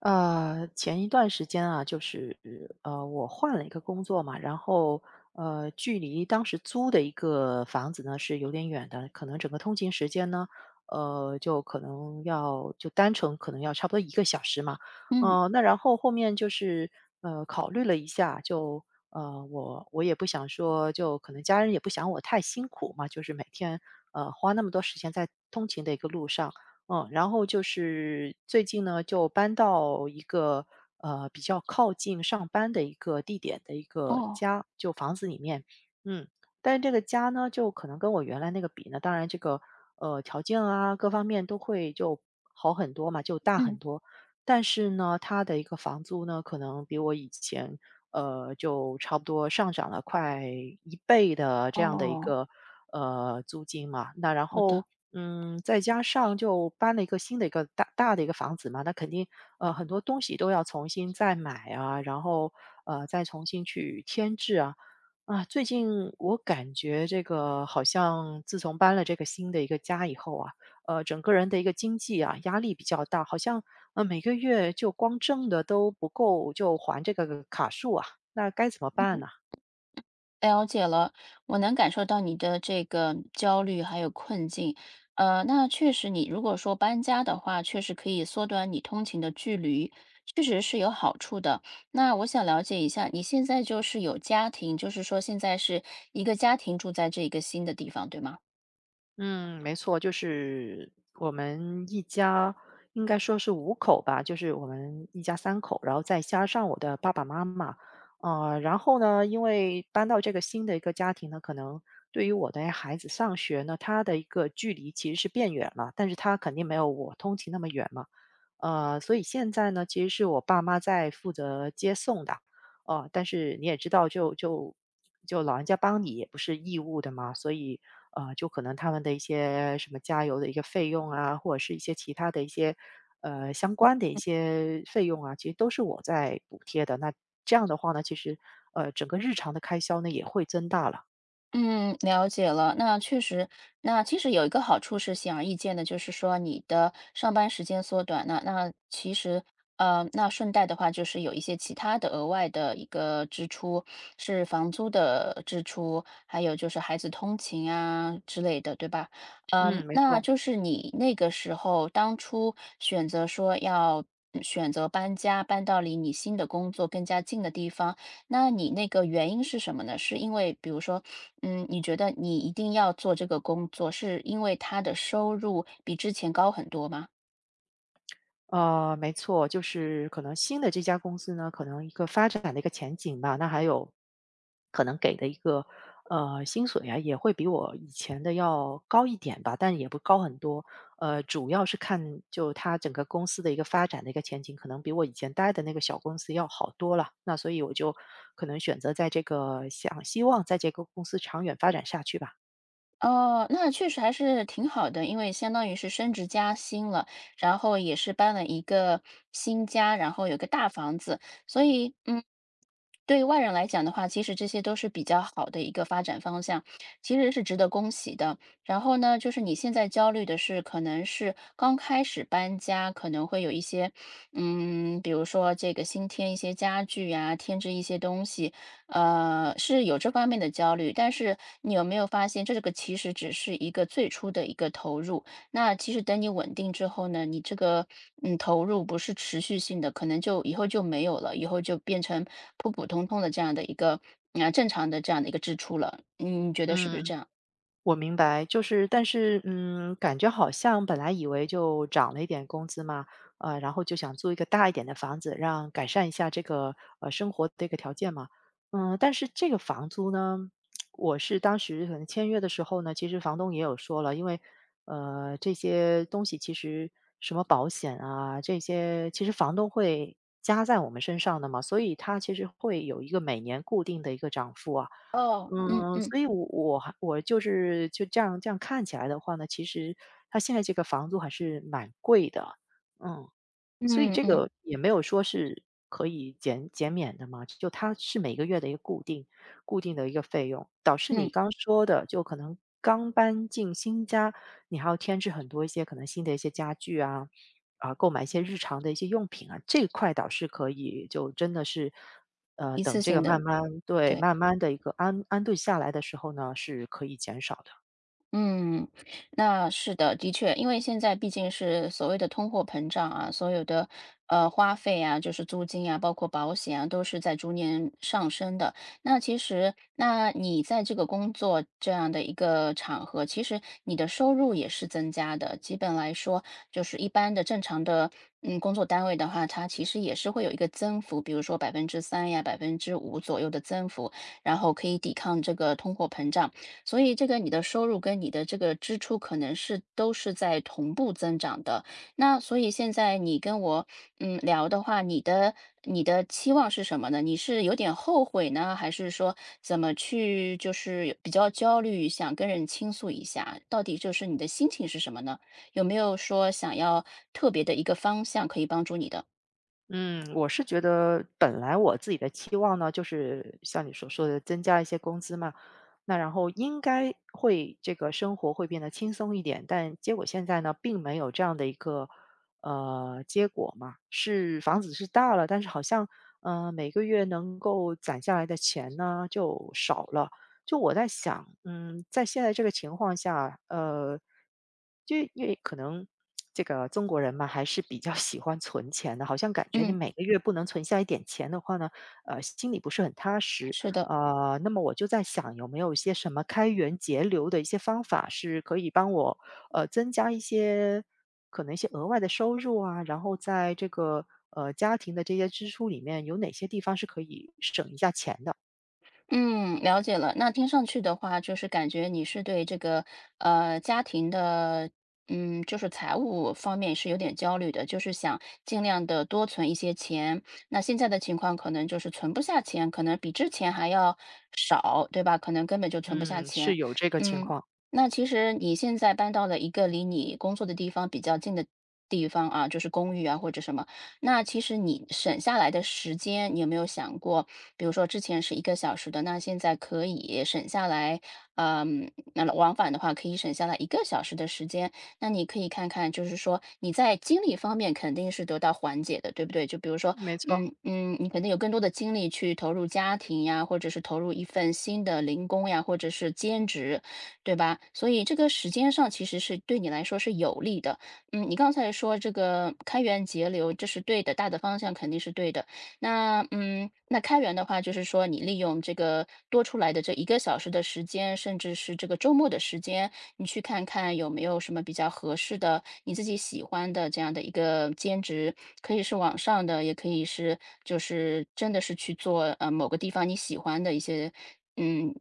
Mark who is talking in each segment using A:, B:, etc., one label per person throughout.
A: 前一段时间啊，就是我换了一个工作嘛。然后距离当时租的一个房子呢是有点远的。可能整个通勤时间呢，呃，就可能要就单程可能要差不多一个小时嘛。
B: 嗯，
A: 那然后后面就是考虑了一下，就我也不想说，就可能家人也不想我太辛苦嘛，就是每天花那么多时间在通勤的一个路上。嗯，然后就是最近呢，就搬到一个比较靠近上班的一个地点的一个
B: 哦，
A: 家，就房子里面。嗯，但是这个家呢，就可能跟我原来那个比呢，当然这个条件啊各方面都会就好很多嘛，就大
B: 嗯，
A: 很多。但是呢，它的一个房租呢，可能比我以前就差不多上涨了快一倍的这样的一
B: 哦，
A: 个，租金嘛。那然
B: 好的，
A: 后，嗯，再加上就搬了一个新的一个大大的一个房子嘛，那肯定很多东西都要重新再买啊。然后再重新去添置啊。啊，最近我感觉这个好像自从搬了这个新的一个家以后啊，整个人的一个经济啊，压力比较大，好像每个月就光挣的都不够，就还这个卡数啊，那该怎么办呢？
B: 了解了。我能感受到你的这个焦虑还有困境。那确实你如果说搬家的话，确实可以缩短你通勤的距离，确实是有好处的。那我想了解一下，你现在就是有家庭，就是说现在是一个家庭住在这个新的地方，对吗？
A: 嗯，没错，就是我们一家应该说是五口吧，就是我们一家三口，然后再加上我的爸爸妈妈。然后呢，因为搬到这个新的一个家庭呢，可能对于我的孩子上学呢，他的一个距离其实是变远了，但是他肯定没有我通勤那么远嘛。所以现在呢，其实是我爸妈在负责接送的。哦，但是你也知道就老人家帮你也不是义务的嘛。所以就可能他们的一些什么加油的一个费用啊，或者是一些其他的一些相关的一些费用啊，其实都是我在补贴的。那这样的话呢，其实整个日常的开销呢也会增大了。
B: 嗯，了解了。那确实，那其实有一个好处是显而易见的，就是说你的上班时间缩短了。那其实，那顺带的话就是有一些其他的额外的一个支出，是房租的支出，还有就是孩子通勤啊之类的，对吧？嗯，
A: 嗯，没
B: 那
A: 错。
B: 就是你那个时候当初选择说要选择搬家，搬到离你新的工作更加近的地方。那你那个原因是什么呢？是因为比如说，你觉得你一定要做这个工作，是因为他的收入比之前高很多吗？
A: 没错，就是可能新的这家公司呢，可能一个发展的一个前景吧，那还有可能给的一个薪水啊，也会比我以前的要高一点吧，但也不高很多。主要是看就它整个公司的一个发展的一个前景，可能比我以前待的那个小公司要好多了。那所以我就可能选择在这个想希望在这个公司长远发展下去吧。
B: 哦，那确实还是挺好的，因为相当于是升职加薪了，然后也是搬了一个新家，然后有个大房子，所以，嗯。对于外人来讲的话，其实这些都是比较好的一个发展方向，其实是值得恭喜的。然后呢，就是你现在焦虑的是，可能是刚开始搬家，可能会有一些，比如说这个新添一些家具呀、添置一些东西，是有这方面的焦虑。但是你有没有发现，这个其实只是一个最初的一个投入，那其实等你稳定之后呢，你这个投入不是持续性的，可能就以后就没有了，以后就变成普普通通的这样的一个啊、正常的这样的一个支出了。嗯，你觉得是不是
A: 嗯，
B: 这样？
A: 我明白，就是但是，嗯，感觉好像本来以为就涨了一点工资嘛。然后就想租一个大一点的房子，让改善一下这个，呃，生活的一个条件嘛。嗯，但是这个房租呢，我是当时可能签约的时候呢，其实房东也有说了。因为这些东西其实什么保险啊，这些其实房东会加在我们身上的嘛，所以他其实会有一个每年固定的一个涨幅啊。
B: 哦，嗯
A: 嗯，
B: 嗯
A: 所以我就是就这样看起来的话呢，其实它现在这个房租还是蛮贵的，嗯。所以
B: 嗯
A: 这
B: 嗯
A: 个也没有说是可以减免的嘛，就它是每个月的一个固定的一个费用。导致你
B: 嗯，
A: 刚说的，就可能刚搬进新家，你还要添置很多一些可能新的一些家具啊，啊，购买一些日常的一些用品啊，这块倒是可以，就真的是
B: 一
A: 等
B: 次
A: 这个
B: 性的，
A: 慢慢对，
B: 对。
A: 慢慢的一个安顿下来的时候呢，是可以减少的。
B: 嗯，那是的，的确，因为现在毕竟是所谓的通货膨胀啊，所有的花费啊，就是租金啊，包括保险啊，都是在逐年上升的。那其实，那你在这个工作这样的一个场合，其实你的收入也是增加的。基本来说，就是一般的正常的工作单位的话，它其实也是会有一个增幅，比如说3%呀、5%左右的增幅，然后可以抵抗这个通货膨胀。所以这个你的收入跟你的这个支出可能是都是在同步增长的。那所以现在你跟我聊的话，你的期望是什么呢？你是有点后悔呢，还是说怎么去就是比较焦虑，想跟人倾诉一下？到底就是你的心情是什么呢？有没有说想要特别的一个方向可以帮助你的？
A: 嗯，我是觉得本来我自己的期望呢，就是像你所说的增加一些工资嘛，那然后应该会这个生活会变得轻松一点。但结果现在呢，并没有这样的一个结果嘛。是房子是大了，但是好像每个月能够攒下来的钱呢就少了。就我在想，嗯，在现在这个情况下，呃，就因为可能这个中国人嘛，还是比较 喜欢存钱的。好像感觉你
B: 嗯，
A: 每个月不能存下一点钱的话呢，心里不是很踏实。
B: 是的。
A: 那么我就在想，有没有一些什么开源节流的一些方法，是可以帮我增加一些可能一些额外的收入啊？然后在这个家庭的这些支出里面，有哪些地方是可以省一下钱的？
B: 嗯，了解了。那听上去的话，就是感觉你是对这个家庭的，嗯，就是财务方面是有点焦虑的，就是想尽量的多存一些钱。那现在的情况可能就是存不下钱，可能比之前还要少，对吧？可能根本就存不下
A: 嗯，是
B: 钱。
A: 有这个情
B: 嗯，
A: 况，
B: 那其实你现在搬到了一个离你工作的地方比较近的地方啊，就是公寓啊或者什么。那其实你省下来的时间，你有没有想过，比如说之前是一个小时的，那现在可以省下来，那往返的话可以省下来一个小时的时间。那你可以看看，就是说你在精力方面肯定是得到缓解的，对不对？就比如说，
A: 没错，
B: 你肯定有更多的精力去投入家庭呀，或者是投入一份新的零工呀，或者是兼职，对吧？所以这个时间上其实是对你来说是有利的。嗯，你刚才说这个开源节流，这是对的，大的方向肯定是对的。那开源的话，就是说你利用这个多出来的这一个小时的时间，甚至是这个周末的时间，你去看看有没有什么比较合适的、你自己喜欢的这样的一个兼职，可以是网上的，也可以是就是真的是去做某个地方你喜欢的一些一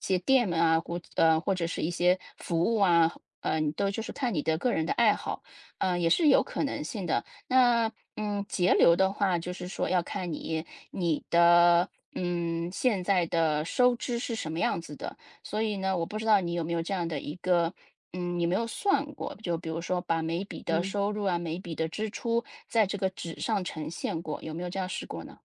B: 些店啊，或者是一些服务啊，你都就是看你的个人的爱好。嗯，也是有可能性的。那节流的话，就是说要看你的现在的收支是什么样子的。所以呢，我不知道你有没有这样的一个你没有算过，就比如说把每笔的
A: 嗯。
B: 收入啊，每笔的支出在这个纸上呈现过，有没有这样试过呢？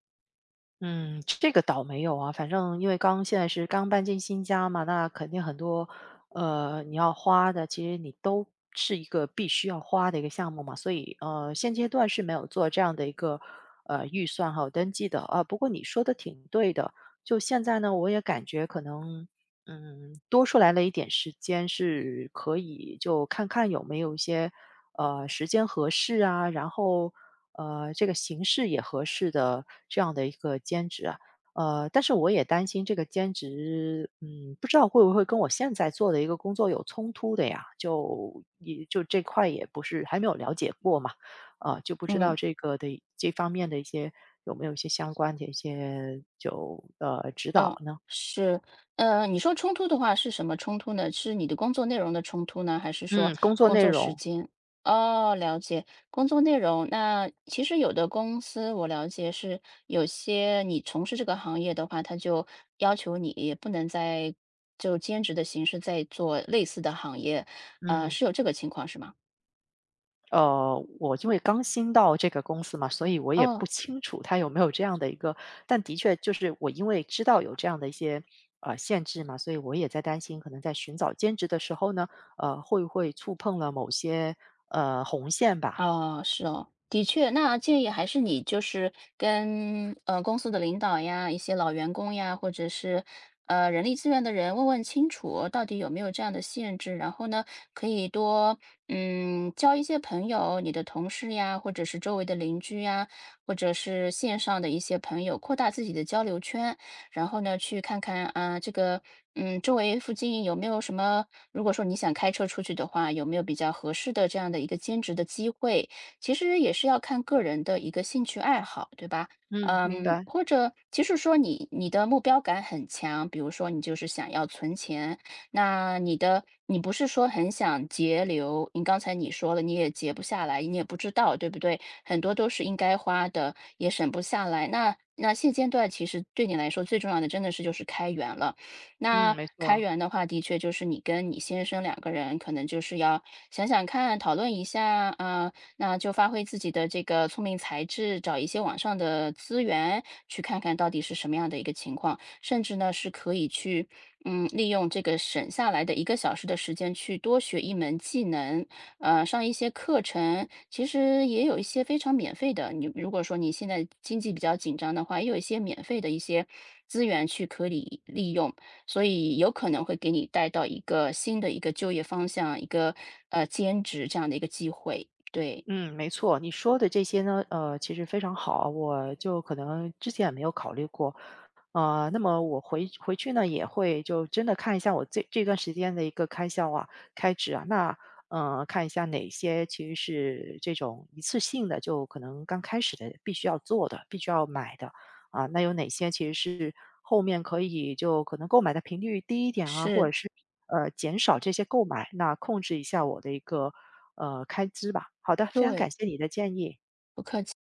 A: 嗯，这个倒没有啊。反正因为刚现在是刚搬进新家嘛，那肯定很多，你要花的，其实你都是一个必须要花的一个项目嘛。所以现阶段是没有做这样的一个预算还有登记的啊。不过你说的挺对的，就现在呢，我也感觉可能嗯，多出来了一点时间是可以就看看有没有一些时间合适啊。然后这个形式也合适的这样的一个兼职啊。但是我也担心这个兼职，嗯，不知道会不会跟我现在做的一个工作有冲突的呀？就也就这块也不是还没有了解过嘛，啊，就不知道
B: 嗯。
A: 这个的这方面的一些有没有一些相关的一些就，呃，指导
B: 嗯，
A: 呢？
B: 是，你说冲突的话是什么冲突呢？是你的工作内容的冲突呢，还是说
A: 嗯，工作
B: 工
A: 内
B: 作时
A: 容。
B: 间？哦，了解，工作内容。那其实有的公司我了解是有些你从事这个行业的话，他就要求你也不能再就兼职的形式在做类似的行业，
A: 嗯，
B: 是有这个情况是吗？
A: 我因为刚新到这个公司嘛，所以我也不
B: 哦。
A: 清楚它有没有这样的一个。但的确就是我因为知道有这样的一些限制嘛，所以我也在担心，可能在寻找兼职的时候呢，会不会触碰了某些红线吧？
B: 哦，是哦，的确，那建议还是你就是跟公司的领导呀、一些老员工呀，或者是人力资源的人问问清楚，到底有没有这样的限制。然后呢，可以多交一些朋友，你的同事呀，或者是周围的邻居呀，或者是线上的一些朋友，扩大自己的交流圈。然后呢，去看看啊，这个周围附近有没有什么，如果说你想开车出去的话，有没有比较合适的这样的一个兼职的机会？其实也是要看个人的一个兴趣爱好，对吧？
A: 嗯，明
B: 嗯，
A: 白，
B: 或者其实说你的目标感很强，比如说你就是想要存钱，那你不是说很想节流，你刚才你说了你也节不下来，你也不知道，对不对？很多都是应该花的，也省不下来。那现阶段其实对你来说最重要的真的是就是开源了。那
A: 嗯，没
B: 开
A: 错。
B: 源的话，的确就是你跟你先生两个人可能就是要想想看，讨论一下啊、那就发挥自己的这个聪明才智，找一些网上的资源，去看看到底是什么样的一个情况，甚至呢是可以去利用这个省下来的一个小时的时间去多学一门技能，上一些课程，其实也有一些非常免费的。你如果说你现在经济比较紧张的话，也有一些免费的一些资源去可以利用，所以有可能会给你带到一个新的一个就业方向，一个兼职这样的一个机会。对，
A: 嗯，没错，你说的这些呢，呃，其实非常好，我就可能之前也没有考虑过。那么我回去呢，也会就真的看一下我这段时间的一个开销啊、开支啊。那看一下哪些其实是这种一次性的，就可能刚开始的必须要做的、必须要买的啊。那有哪些其实是后面可以就可能购买的频率低一点啊，或
B: 是，
A: 者是。减少这些购买，那控制一下我的一个，呃，开支吧。好的，非常感
B: 对，
A: 谢你的建议。
B: 不客气。